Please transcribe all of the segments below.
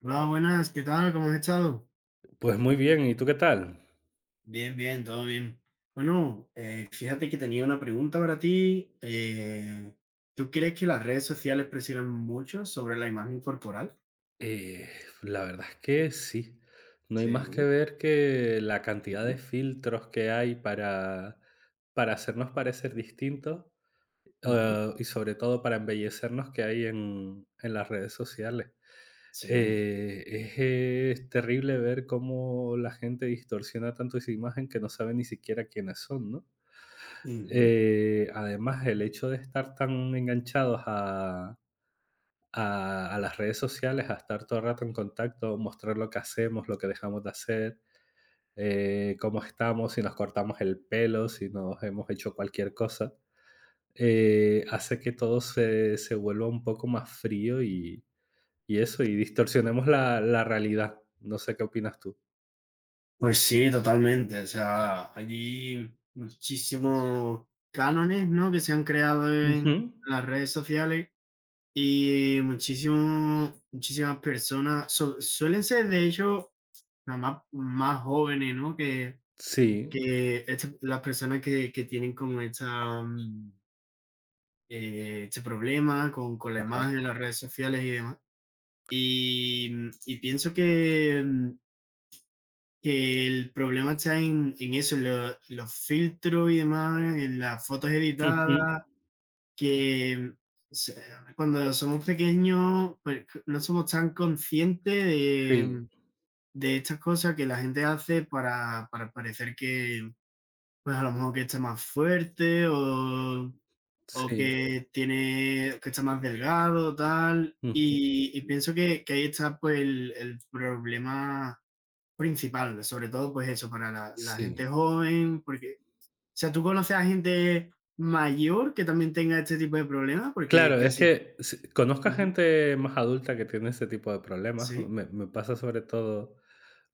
Hola, buenas, ¿qué tal? ¿Cómo has estado? Pues muy bien, ¿y tú qué tal? Bien, bien, todo bien. Bueno, fíjate que tenía una pregunta para ti. ¿Tú crees que las redes sociales presionan mucho sobre la imagen corporal? Eh, la verdad es que sí. No hay más que Sí, ver que la cantidad de ujú, filtros que hay para hacernos parecer distintos, ujú. Y sobre todo para embellecernos que hay en las redes sociales. Sí. Es terrible ver cómo la gente distorsiona tanto esa imagen que no sabe ni siquiera quiénes son, ¿no? Ujú. Además, el hecho de estar tan enganchados a las redes sociales, a estar todo el rato en contacto, mostrar lo que hacemos, lo que dejamos de hacer, cómo estamos, si nos cortamos el pelo, si nos hemos hecho cualquier cosa, hace que todo se vuelva un poco más frío y eso, y distorsionemos la realidad. No sé qué opinas tú. Pues sí, totalmente. O sea, hay muchísimos cánones, ¿no? Que se han creado en Ujú. las redes sociales y muchísimas personas suelen ser, de hecho, nada más jóvenes, ¿no? Que, Sí, que este- las personas que tienen como este problema con la ajá. imagen, las redes sociales y demás. Y pienso que el problema está en eso, en los filtros y demás, en las fotos Ujú. editadas, que se- cuando somos pequeños pues no somos tan conscientes de, Sí, mm, de estas cosas que la gente hace para, parecer que... Pues a lo mejor que esté más fuerte, o sí, que tiene, que está más delgado, tal. ujú, Y pienso que ahí está pues el problema principal, sobre todo pues eso, para la sí. gente joven, porque, o sea, tú conoces a gente mayor que también tenga este tipo de problemas, porque Claro, es casi... que s conozco a Ujú. gente más adulta que tiene ese tipo de problemas. Sí, Me pasa sobre todo,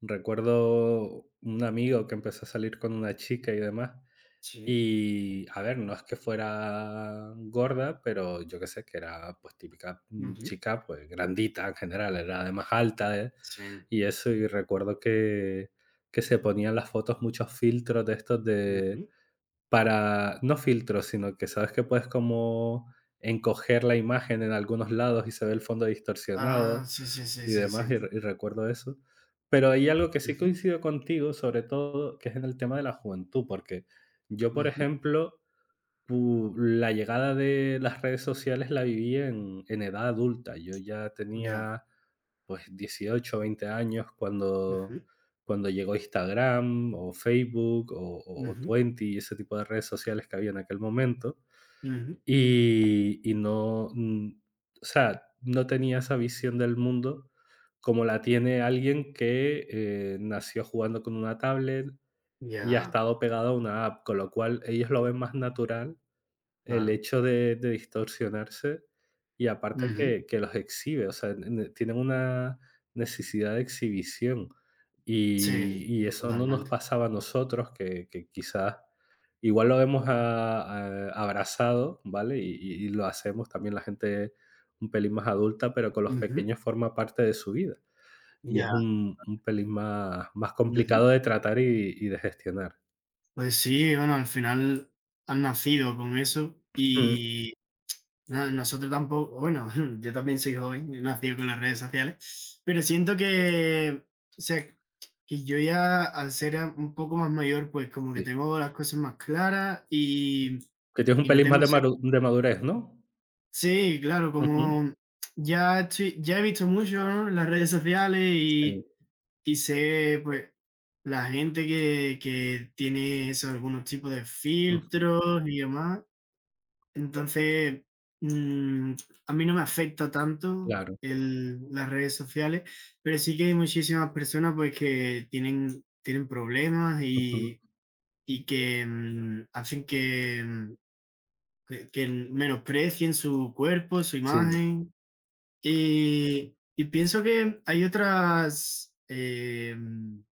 recuerdo un amigo que empezó a salir con una chica y demás, sí, y a ver, no es que fuera gorda, pero yo qué sé, que era, pues, típica, ujú, chica, pues, grandita en general, era además alta, sí, y eso, y recuerdo que se ponían las fotos muchos filtros de estos de ujú. para, no filtros, sino que sabes que puedes como encoger la imagen en algunos lados y se ve el fondo Ah, distorsionado sí, sí, sí, y sí, demás, y, sí. re- y recuerdo eso. Pero hay algo que sí Ujú, coincido contigo, sobre todo, que es en el tema de la juventud, porque yo, por ujú, ejemplo, la llegada de las redes sociales la viví en edad adulta. Yo ya ya. tenía pues 18 20 años cuando, Ujú, cuando llegó Instagram o Facebook o ujú, Twenty y ese tipo de redes sociales que había en aquel momento. ujú, Y no, o sea, no tenía esa visión del mundo como la tiene alguien que nació jugando con una tablet y ha ya. estado pegado a una app, con lo cual ellos lo ven más natural el Claro. hecho de distorsionarse y aparte Ujú. que los exhibe, o sea, ne tienen una necesidad de exhibición, y Sí, y eso no nos totalmente. pasaba a nosotros, que quizás igual lo vemos a abrazado, ¿vale? Y lo hacemos también la gente un pelín más adulta, pero con los Ujú. pequeños forma parte de su vida, y es Ya. un pelín más Ujú. complicado de tratar y de gestionar. Pues sí, bueno, al final han nacido con eso Mm, y nosotros tampoco, bueno, yo también soy joven, he nacido con las redes sociales, pero siento que, o sea, que yo ya al ser un poco más mayor, pues como que sí, tengo las cosas más claras, y, que tienes un y no pelín más tengo ese... de madurez, ¿no? Sí, claro, Ujú. como ya, ya he visto mucho, ¿no? Las redes sociales, Sí, y sé, pues, la gente que tiene eso, algunos tipos de ujú, filtros y demás. Entonces, mm, a mí no me afecta tanto claro, las redes sociales, pero sí que hay muchísimas personas, pues, que tienen problemas, ujú, y que hacen que, mm, que menosprecien su cuerpo, su sí, imagen, y pienso que hay otras, em,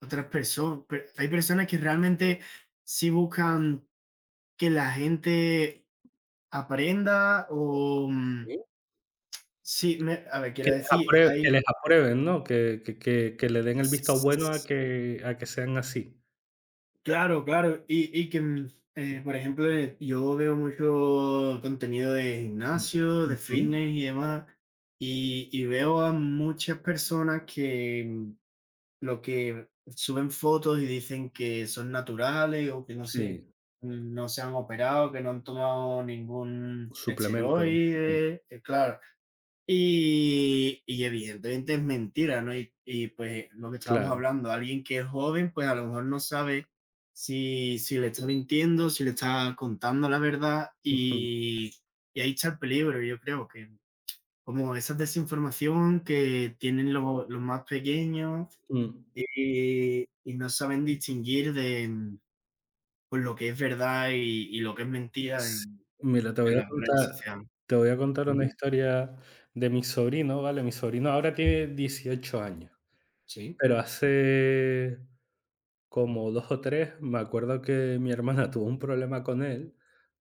otras personas, hay personas que realmente sí buscan que la gente aprenda o... Mm, sí, sí, a ver, quiero decir, que les hay... aprueben, ¿no? Que le den el visto bueno a que sean así. Claro, claro, y que, por ejemplo, yo veo mucho contenido de Mm, gimnasio, de ujú, fitness y demás, y veo a muchas personas que lo que suben fotos y dicen que son naturales o que no sé, sí, no se han operado, que no han tomado ningún suplemento, sí, esteroide, claro. Y evidentemente es mentira, ¿no? Y pues lo que estábamos claro, hablando, alguien que es joven, pues a lo mejor no sabe si le está mintiendo, si le está contando la verdad, ujú, y ahí está el peligro. Yo creo que como esa desinformación que tienen los más pequeños, mm. y no saben distinguir de, pues, lo que es verdad y lo que es mentira s en Mira, te voy en a las redes contar sociales. te voy a contar una Ujú. historia de mi sobrino, ¿vale? Mi sobrino ahora tiene 18 años, Sí. pero hace como 2 o 3 me acuerdo que mi hermana tuvo un problema con él,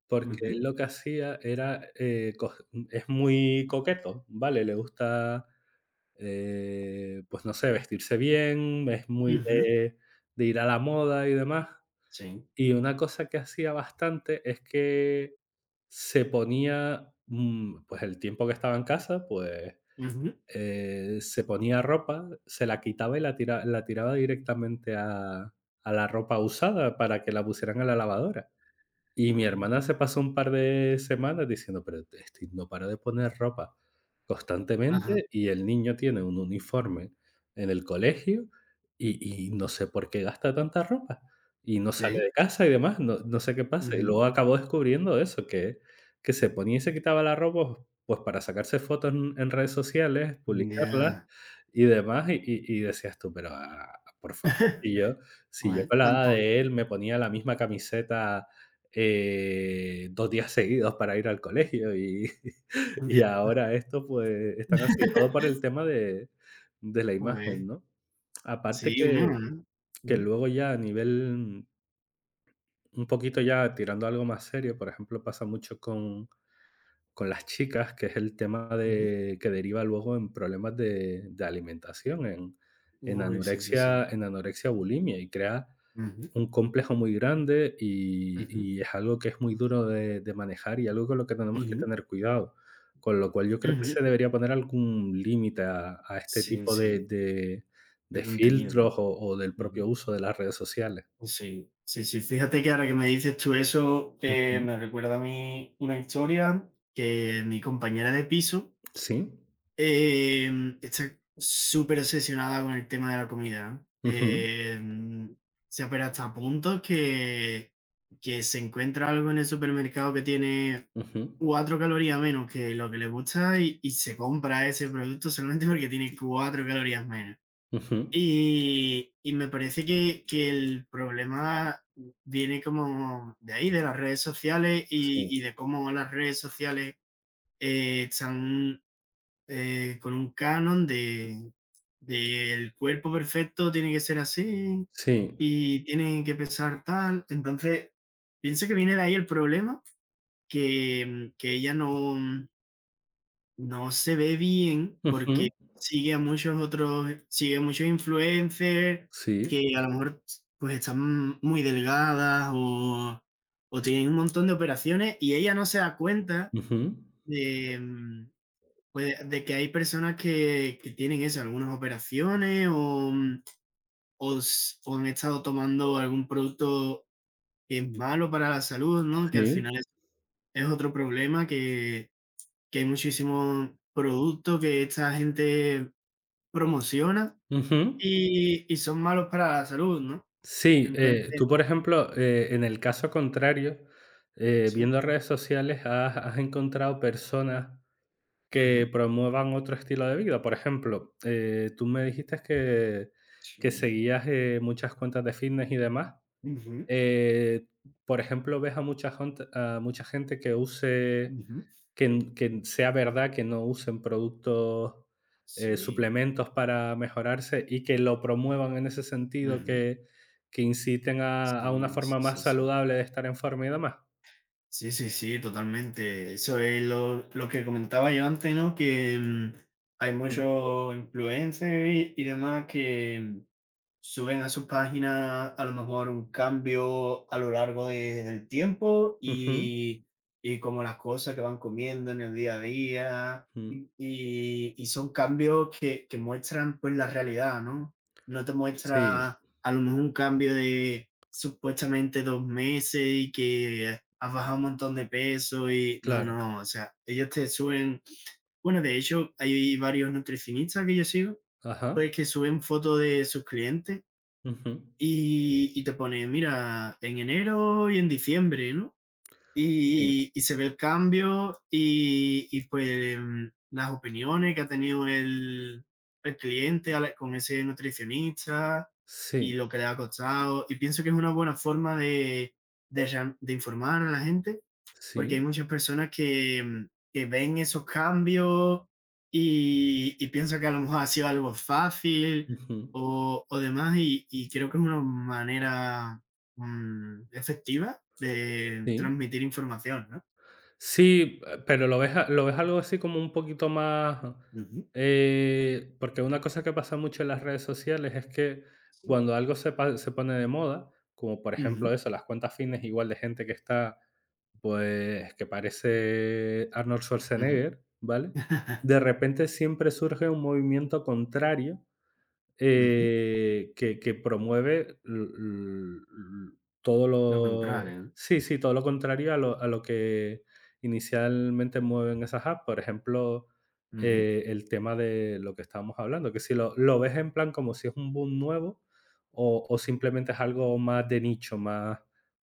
porque él Ujú. lo que hacía era, cog es muy coqueto, ¿vale? Le gusta, pues, no sé, vestirse bien, es muy Ujú. de ir a la moda y demás. Sí. Y una cosa que hacía bastante es que se ponía, pues, el tiempo que estaba en casa, pues, Ujú. Se ponía ropa, se la quitaba y la tiraba directamente a la ropa usada para que la pusieran a la lavadora. Y mi Mm. hermana se pasó un par de semanas diciendo, pero este no para de poner ropa Ajá. constantemente y el niño tiene un uniforme en el colegio y no sé por qué gasta tanta ropa y no sale Sí. de casa y demás, no sé qué pasa. Y Ujú. luego acabó descubriendo eso, que se ponía y se quitaba la ropa, pues, para sacarse fotos en redes sociales, publicarlas Ya. y demás, y decías tú: "Pero, ah, por favor". Y yo, si yo Bueno, con la edad tampoco. de él me ponía la misma camiseta 2 días seguidos para ir al colegio y y Ya. ahora esto, pues, están así, todo por el tema de la imagen, Joder. ¿no? Aparte Sí, uno, que ¿no? que Ujú, luego ya a nivel un poquito ya tirando a algo más serio, por ejemplo, pasa mucho con las chicas, que es el tema ujú. de que deriva luego en problemas de alimentación, en en Uy, sí, sí, sí. anorexia en anorexia, bulimia, y crea Ujú, un complejo muy grande y ujú, y es algo que es muy duro de manejar y algo con lo que tenemos que ujú, tener cuidado. Con lo cual yo creo que ujú. se debería poner algún límite a este Sí, tipo de sí, de de de contenido, ¿no? filtros o del propio Ujú. uso de las redes sociales. Sí, sí, sí. Fíjate que ahora que me dices tú eso, Ujú. me recuerda a mí una historia que mi compañera de piso, Sí. eh, está súper obsesionada con el tema de la comida, Ujú, ¿eh? Se apera hasta puntos que, se encuentra algo en el supermercado que tiene ujú, 4 calorías menos que lo que le gusta, y se compra ese producto solamente porque tiene 4 calorías menos. ujú. Y me parece que el problema viene como de ahí, de las redes sociales, Sí, y de cómo las redes sociales están, con un canon de el cuerpo perfecto tiene que ser así sí. y tiene que pesar tal. Entonces, pienso que viene de ahí el problema, que ella no se ve bien Ujú, porque sigue a muchos otros, sigue a muchos influencers sí. que a lo mejor, pues, están muy delgadas, o tienen un montón de operaciones, y ella no se da cuenta Ujú, de, mm, de que hay personas que tienen eso, algunas operaciones, o, mm, o s o han estado tomando algún producto que es malo para la salud, ¿no? Que al sí. final es otro problema, que hay muchísimos productos que esta gente promociona Ujú. y son malos para la salud, ¿no? Sí, Entonces tú, por ejemplo, en el caso contrario, sí. viendo redes sociales, has encontrado personas que Ujú. promuevan otro estilo de vida. Por ejemplo, tú me dijiste que Sí. seguías muchas cuentas de fitness y demás. Ujú, Eh, por ejemplo, ves a mucha gente ujú. Que sea verdad que no usen productos, Sí. suplementos para mejorarse y que lo promuevan en ese sentido, Ujú. que inciten a una Sí, forma sí, más sí, sí. saludable de estar en forma y demás. Sí, sí, sí, totalmente. Eso es lo que comentaba yo antes, ¿no? Que, hay Mm, muchos influencers y demás que suben a su página a lo mejor un cambio a lo largo del tiempo, ujú, y como las cosas que van comiendo en el día a día, mm, y son cambios que muestran pues la realidad, ¿no? No te sí, muestra a lo mejor un cambio de supuestamente 2 meses y que has bajado un montón de peso y no, claro. no, o sea, ellos te suben... Bueno, de hecho, hay varios nutricionistas que yo sigo, Ajá. pues que suben fotos de sus clientes, Ujú, y te pone, mira, en enero y en diciembre, ¿no? sí, Y se ve el cambio, y, pues, las opiniones que ha tenido el cliente con ese nutricionista y sí, lo que le ha costado. Y pienso que es una buena forma de, de informar a la gente, porque sí, hay muchas personas que, que ven esos cambios y piensan que a lo mejor ha sido algo fácil, ujú, o demás, y creo que es una manera efectiva de sí. transmitir información, ¿no? Sí, pero lo ves algo así como un poquito más, Ujú, porque una cosa que pasa mucho en las redes sociales es que sí. cuando algo se pone de moda, como por ejemplo Ujú, eso, las cuentas fitness igual de gente que está, pues, que parece Arnold ujú. Schwarzenegger, ¿vale? De repente siempre surge un movimiento contrario Ujú, que promueve l l l- todo lo lo contrario, ¿no? sí, sí, todo lo contrario a lo que inicialmente mueven esas apps. Por ejemplo, Ujú. El tema de lo que estábamos hablando, que si lo ves en plan como si es un boom nuevo o simplemente es algo más de nicho, más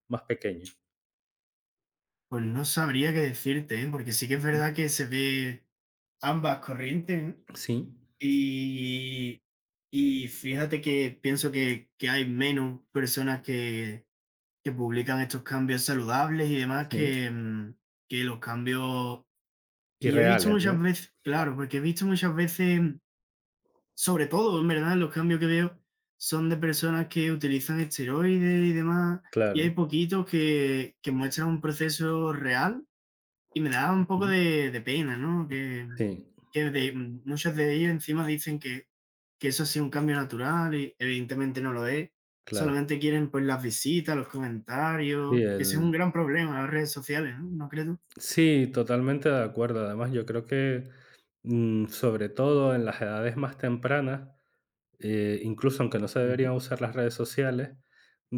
más pequeño. Pues no sabría qué decirte, ¿eh? Porque sí que es Ujú. verdad que se ve ambas corrientes, ¿no? Sí, Y y fíjate que pienso que hay menos personas que publican estos cambios saludables y demás, sí. que los cambios Y que yo he visto reales, ¿no? muchas veces, claro, porque he visto muchas veces, sobre todo, en verdad, los cambios que veo son de personas que utilizan esteroides y demás, y Claro. hay poquitos que muestran un proceso real, y me daba un poco Ujú. de pena, ¿no? Que, Sí, que de- muchos de ellos encima dicen que eso ha sido un cambio natural y evidentemente no lo es. claro. Solamente quieren pues las visitas, los Sí, comentarios, que ese es el un gran problema en las redes sociales, ¿no? ¿No crees tú? Sí, totalmente de acuerdo. Además, yo creo que, sobre todo en las edades más tempranas, incluso aunque no se Ujú. deberían usar las redes sociales,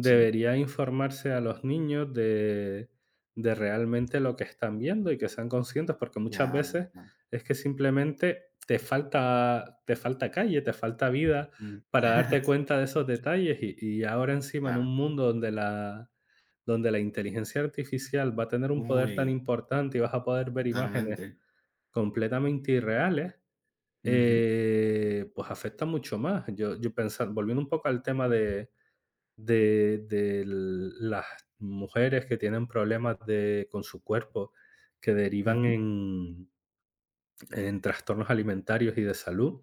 Sí, informarse a los niños de, realmente lo que están viendo y que sean conscientes, porque muchas ya, veces ya. es que simplemente te falta calle, te falta vida Mm. para darte cuenta de esos detalles y, ahora encima en Claro. un mundo donde la inteligencia artificial va a tener un poder tan Uy, importante y vas a poder ver imágenes totalmente. completamente irreales, Ujú, pues afecta mucho más. Yo pensar, volviendo un poco al tema de, las mujeres que tienen problemas con su cuerpo que derivan ujú, en trastornos alimentarios y de salud,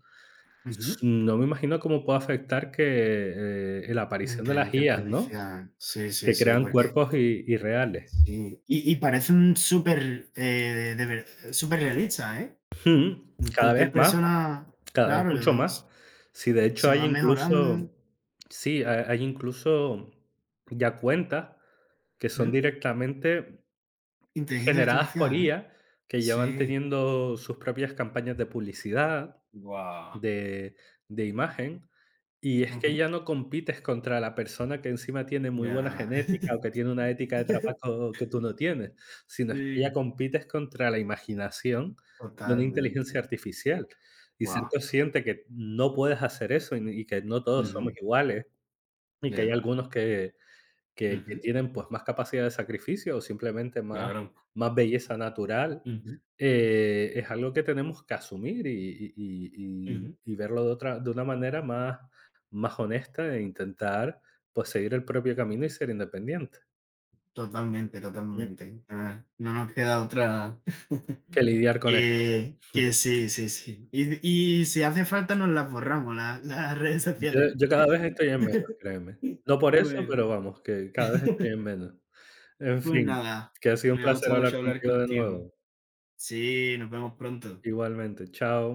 ujú. No me imagino cómo puede afectar que la La aparición de las inteligencia IAs, ¿no? artificial. Sí, sí, Que sí. crean Porque cuerpos irreales. sí, y parece un súper, de ver superrealista, ¿eh? Mm. Cada vez Cualquier más. persona, Cada vez claro, mucho más. además Sí, de hecho se hay va mejorando. incluso sí, ha hay incluso ya cuentas que son Ujú. directamente Inteligencia generadas por artificial, ¿eh? IA, que ya van Sí. teniendo sus propias campañas de publicidad Guau. de de imagen, y es que ya no compites contra la persona que encima tiene muy buena Ya. genética o que tiene una ética de trabajo que tú no tienes, sino es que ya Sí, compites contra la imaginación de una inteligencia totalmente. artificial. Y ser Guau. consciente que no puedes hacer eso y que no todos somos iguales y que hay Ya. algunos que Ujú. tienen, pues, más capacidad de sacrificio o simplemente más Claro. más belleza natural, Ujú, es algo que tenemos que asumir y y y y ujú. y verlo de una manera más honesta e intentar, pues, seguir el propio camino y ser independiente, Totalmente, mm, totalmente. Ah, no nos queda otra. que lidiar con eso. Que sí, sí, sí. Y y si hace falta nos las borramos, las redes Yo sociales. yo cada vez estoy en menos, créeme. No por eso, Bueno, pero vamos, que cada vez estoy en menos. En pues fin, nada, que ha sido un me ha placer gustado hablar mucho hablar contigo de contigo. nuevo. Sí, nos vemos pronto. Igualmente, chao.